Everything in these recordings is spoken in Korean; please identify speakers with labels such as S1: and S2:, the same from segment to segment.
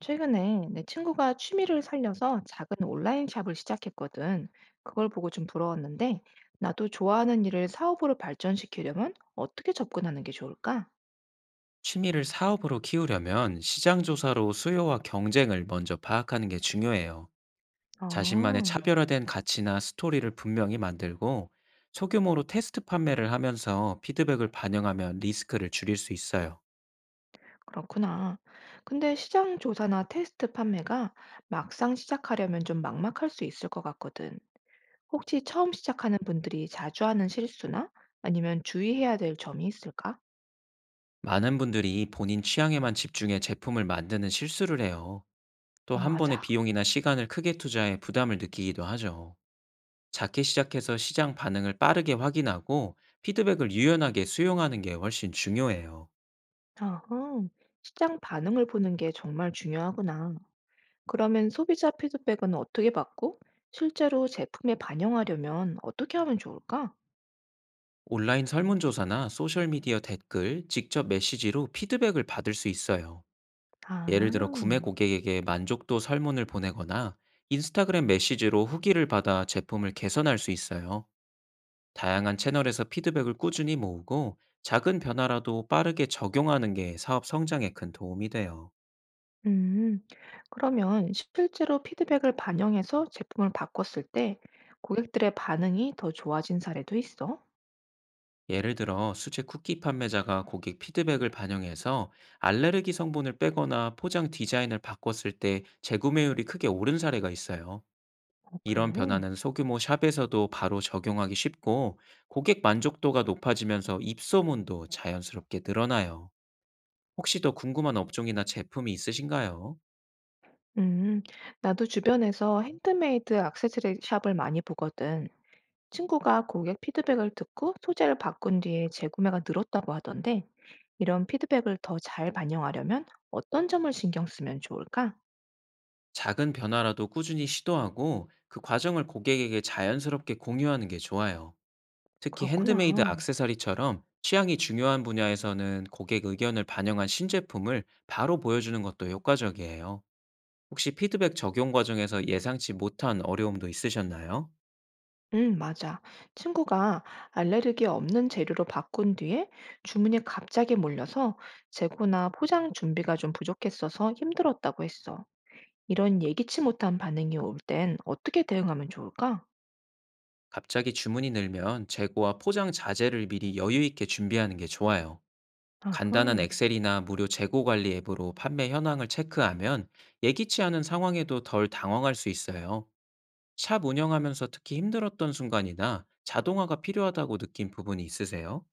S1: 최근에 내 친구가 취미를 살려서 작은 온라인 샵을 시작했거든. 그걸 보고 좀 부러웠는데, 나도 좋아하는 일을 사업으로 발전시키려면 어떻게 접근하는 게 좋을까?
S2: 취미를 사업으로 키우려면 시장 조사로 수요와 경쟁을 먼저 파악하는 게 중요해요. 자신만의
S1: 아,
S2: 차별화된 가치나 스토리를 분명히 만들고 소규모로 테스트 판매를 하면서 피드백을 반영하면 리스크를 줄일 수 있어요.
S1: 그렇구나. 근데 시장 조사나 테스트 판매가 막상 시작하려면 좀 막막할 수 있을 것 같거든. 혹시 처음 시작하는 분들이 자주 하는 실수나 아니면 주의해야 될 점이 있을까?
S2: 많은 분들이 본인 취향에만 집중해 제품을 만드는 실수를 해요. 또
S1: 아,
S2: 한 번의
S1: 맞아.
S2: 비용이나 시간을 크게 투자해 부담을 느끼기도 하죠. 작게 시작해서 시장 반응을 빠르게 확인하고 피드백을 유연하게 수용하는 게 훨씬 중요해요.
S1: 아하. 시장 반응을 보는 게 정말 중요하구나. 그러면 소비자 피드백은 어떻게 받고 실제로 제품에 반영하려면 어떻게 하면 좋을까?
S2: 온라인 설문조사나 소셜미디어 댓글, 직접 메시지로 피드백을 받을 수 있어요. 예를 들어 구매
S1: 아,
S2: 고객에게 만족도 설문을 보내거나 인스타그램 메시지로 후기를 받아 제품을 개선할 수 있어요. 다양한 채널에서 피드백을 꾸준히 모으고 작은 변화라도 빠르게 적용하는 게 사업 성장에 큰 도움이 돼요.
S1: 음. 그러면 실제로 피드백을 반영해서 제품을 바꿨을 때 고객들의 반응이 더 좋아진 사례도 있어?
S2: 예를 들어 수제 쿠키 판매자가 고객 피드백을 반영해서 알레르기 성분을 빼거나 포장 디자인을 바꿨을 때 재구매율이 크게 오른 사례가 있어요.
S1: 어,
S2: 이런
S1: 그래.
S2: 변화는 소규모 샵에서도 바로 적용하기 쉽고, 고객 만족도가 높아지면서 입소문도 자연스럽게 늘어나요. 혹시 더 궁금한 업종이나 제품이 있으신가요?
S1: 음, 나도 주변에서 핸드메이드 액세서리 샵을 많이 보거든. 친구가 고객 피드백을 듣고 소재를 바꾼 뒤에 재구매가 늘었다고 하던데, 이런 피드백을 더 잘 반영하려면 어떤 점을 신경 쓰면 좋을까?
S2: 작은 변화라도 꾸준히 시도하고 그 과정을 고객에게 자연스럽게 공유하는 게 좋아요. 특히 핸드메이드
S1: 그렇구나.
S2: 액세서리처럼 취향이 중요한 분야에서는 고객 의견을 반영한 신제품을 바로 보여주는 것도 효과적이에요. 혹시 피드백 적용 과정에서 예상치 못한 어려움도 있으셨나요?
S1: 응, 맞아. 친구가 알레르기 없는 재료로 바꾼 뒤에 주문이 갑자기 몰려서 재고나 포장 준비가 좀 부족했어서 힘들었다고 했어. 이런 예기치 못한 반응이 올 땐 어떻게 대응하면 좋을까?
S2: 갑자기 주문이 늘면 재고와 포장 자재를 미리 여유 있게 준비하는 게 좋아요. 간단한
S1: 아하.
S2: 엑셀이나 무료 재고 관리 앱으로 판매 현황을 체크하면 예기치 않은 상황에도 덜 당황할 수 있어요. 샵 운영하면서 특히 힘들었던 순간이나 자동화가 필요하다고 느낀 부분이 있으세요?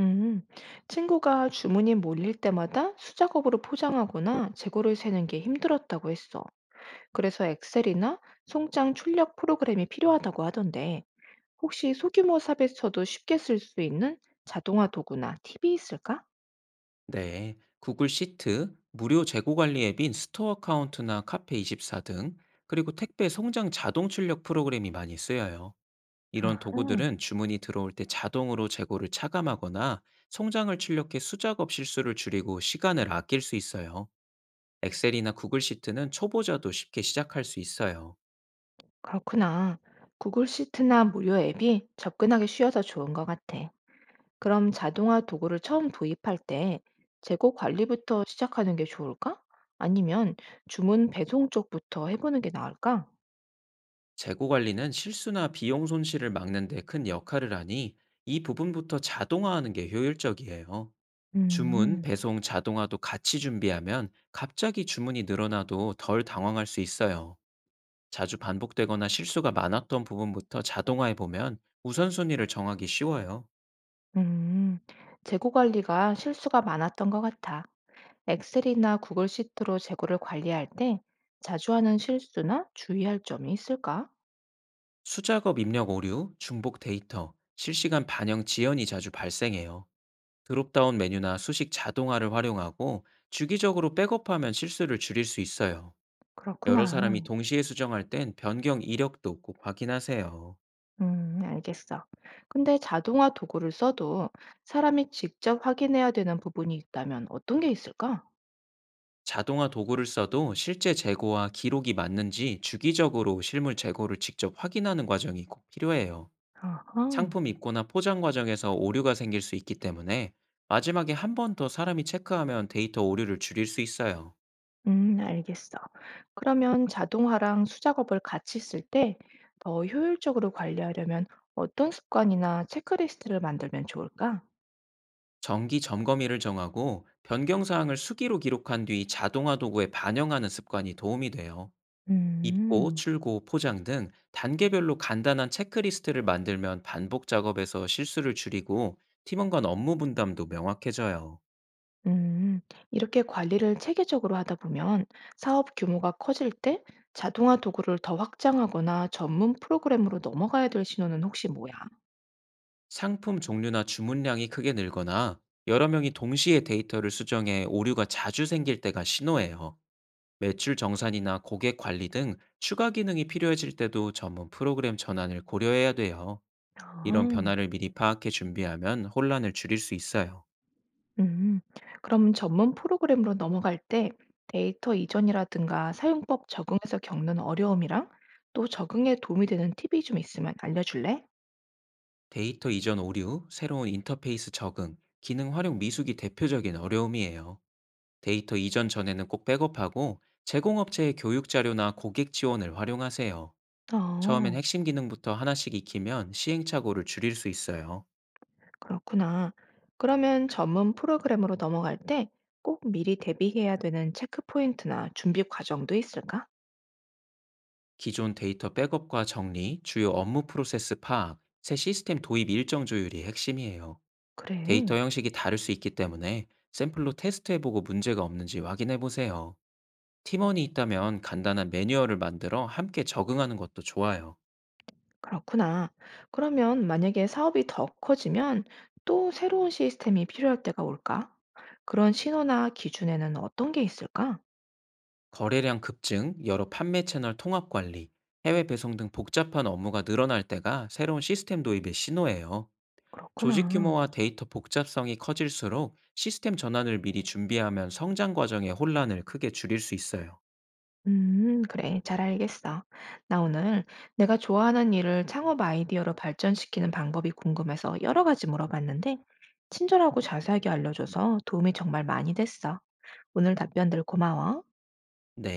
S1: 음, 친구가 주문이 몰릴 때마다 수작업으로 포장하거나 재고를 세는 게 힘들었다고 했어. 그래서 엑셀이나 송장 출력 프로그램이 필요하다고 하던데, 혹시 소규모 샵에서도 쉽게 쓸 수 있는 자동화 도구나 팁이 있을까?
S2: 네, 구글 시트, 무료 재고 관리 앱인 스토어 카운트나 카페24 등, 그리고 택배 송장 자동 출력 프로그램이 많이 쓰여요. 이런
S1: 아하,
S2: 도구들은 주문이 들어올 때 자동으로 재고를 차감하거나 송장을 출력해 수작업 실수를 줄이고 시간을 아낄 수 있어요. 엑셀이나 구글 시트는 초보자도 쉽게 시작할 수 있어요.
S1: 그렇구나. 구글 시트나 무료 앱이 접근하기 쉬워서 좋은 것 같아. 그럼 자동화 도구를 처음 도입할 때 재고 관리부터 시작하는 게 좋을까? 아니면 주문 배송 쪽부터 해보는 게 나을까?
S2: 재고 관리는 실수나 비용 손실을 막는 데 큰 역할을 하니, 이 부분부터 자동화하는 게 효율적이에요. 주문,
S1: 음,
S2: 배송 자동화도 같이 준비하면 갑자기 주문이 늘어나도 덜 당황할 수 있어요. 자주 반복되거나 실수가 많았던 부분부터 자동화해 보면 우선순위를 정하기 쉬워요.
S1: 음, 재고 관리가 실수가 많았던 것 같아. 엑셀이나 구글 시트로 재고를 관리할 때 자주 하는 실수나 주의할 점이 있을까?
S2: 수작업 입력 오류, 중복 데이터, 실시간 반영 지연이 자주 발생해요. 드롭다운 메뉴나 수식 자동화를 활용하고 주기적으로 백업하면 실수를 줄일 수 있어요. 여러
S1: 그렇구나.
S2: 사람이 동시에 수정할 땐 변경 이력도 꼭 확인하세요.
S1: 알겠어. 근데 자동화 도구를 써도 사람이 직접 확인해야 되는 부분이 있다면 어떤 게 있을까?
S2: 자동화 도구를 써도 실제 재고와 기록이 맞는지 주기적으로 실물 재고를 직접 확인하는 과정이 꼭 필요해요.
S1: 아하.
S2: 상품 입고나 포장 과정에서 오류가 생길 수 있기 때문에, 마지막에 한 번 더 사람이 체크하면 데이터 오류를 줄일 수 있어요.
S1: 알겠어. 그러면 자동화랑 수작업을 같이 쓸 때 더 효율적으로 관리하려면 어떤 습관이나 체크리스트를 만들면 좋을까?
S2: 정기 점검일을 정하고 변경 사항을 수기로 기록한 뒤 자동화 도구에 반영하는 습관이 도움이 돼요. 입고,
S1: 음,
S2: 출고, 포장 등 단계별로 간단한 체크리스트를 만들면 반복 작업에서 실수를 줄이고 팀원 간 업무 분담도 명확해져요.
S1: 음, 이렇게 관리를 체계적으로 하다 보면 사업 규모가 커질 때 자동화 도구를 더 확장하거나 전문 프로그램으로 넘어가야 될 신호는 혹시 뭐야?
S2: 상품 종류나 주문량이 크게 늘거나 여러 명이 동시에 데이터를 수정해 오류가 자주 생길 때가 신호예요. 매출 정산이나 고객 관리 등 추가 기능이 필요해질 때도 전문 프로그램 전환을 고려해야 돼요. 이런
S1: 아.
S2: 변화를 미리 파악해 준비하면 혼란을 줄일 수 있어요.
S1: 음, 그럼 전문 프로그램으로 넘어갈 때 데이터 이전이라든가 사용법 적응에서 겪는 어려움이랑 또 적응에 도움이 되는 팁이 좀 있으면 알려줄래?
S2: 데이터 이전 오류, 새로운 인터페이스 적응, 기능 활용 미숙이 대표적인 어려움이에요. 데이터 이전 전에는 꼭 백업하고 제공업체의 교육 자료나 고객 지원을 활용하세요. 처음엔
S1: 어,
S2: 핵심 기능부터 하나씩 익히면 시행착오를 줄일 수 있어요.
S1: 그렇구나. 그러면 전문 프로그램으로 넘어갈 때 꼭 미리 대비해야 되는 체크 포인트나 준비 과정도 있을까?
S2: 기존 데이터 백업과 정리, 주요 업무 프로세스 파악, 새 시스템 도입 일정 조율이 핵심이에요.
S1: 그래.
S2: 데이터 형식이 다를 수 있기 때문에 샘플로 테스트해보고 문제가 없는지 확인해보세요. 팀원이 있다면 간단한 매뉴얼을 만들어 함께 적응하는 것도 좋아요.
S1: 그렇구나. 그러면 만약에 사업이 더 커지면 또 새로운 시스템이 필요할 때가 올까? 그런 신호나 기준에는 어떤 게 있을까?
S2: 거래량 급증, 여러 판매 채널 통합 관리, 해외 배송 등 복잡한 업무가 늘어날 때가 새로운 시스템 도입의 신호예요. 조직
S1: 그렇구나.
S2: 규모와 데이터 복잡성이 커질수록 시스템 전환을 미리 준비하면 성장 과정의 혼란을 크게 줄일 수 있어요.
S1: 그래. 잘 알겠어. 나 오늘 내가 좋아하는 일을 창업 아이디어로 발전시키는 방법이 궁금해서 여러 가지 물어봤는데, 친절하고 자세하게 알려줘서 도움이 정말 많이 됐어. 오늘 답변들 고마워.
S2: 네.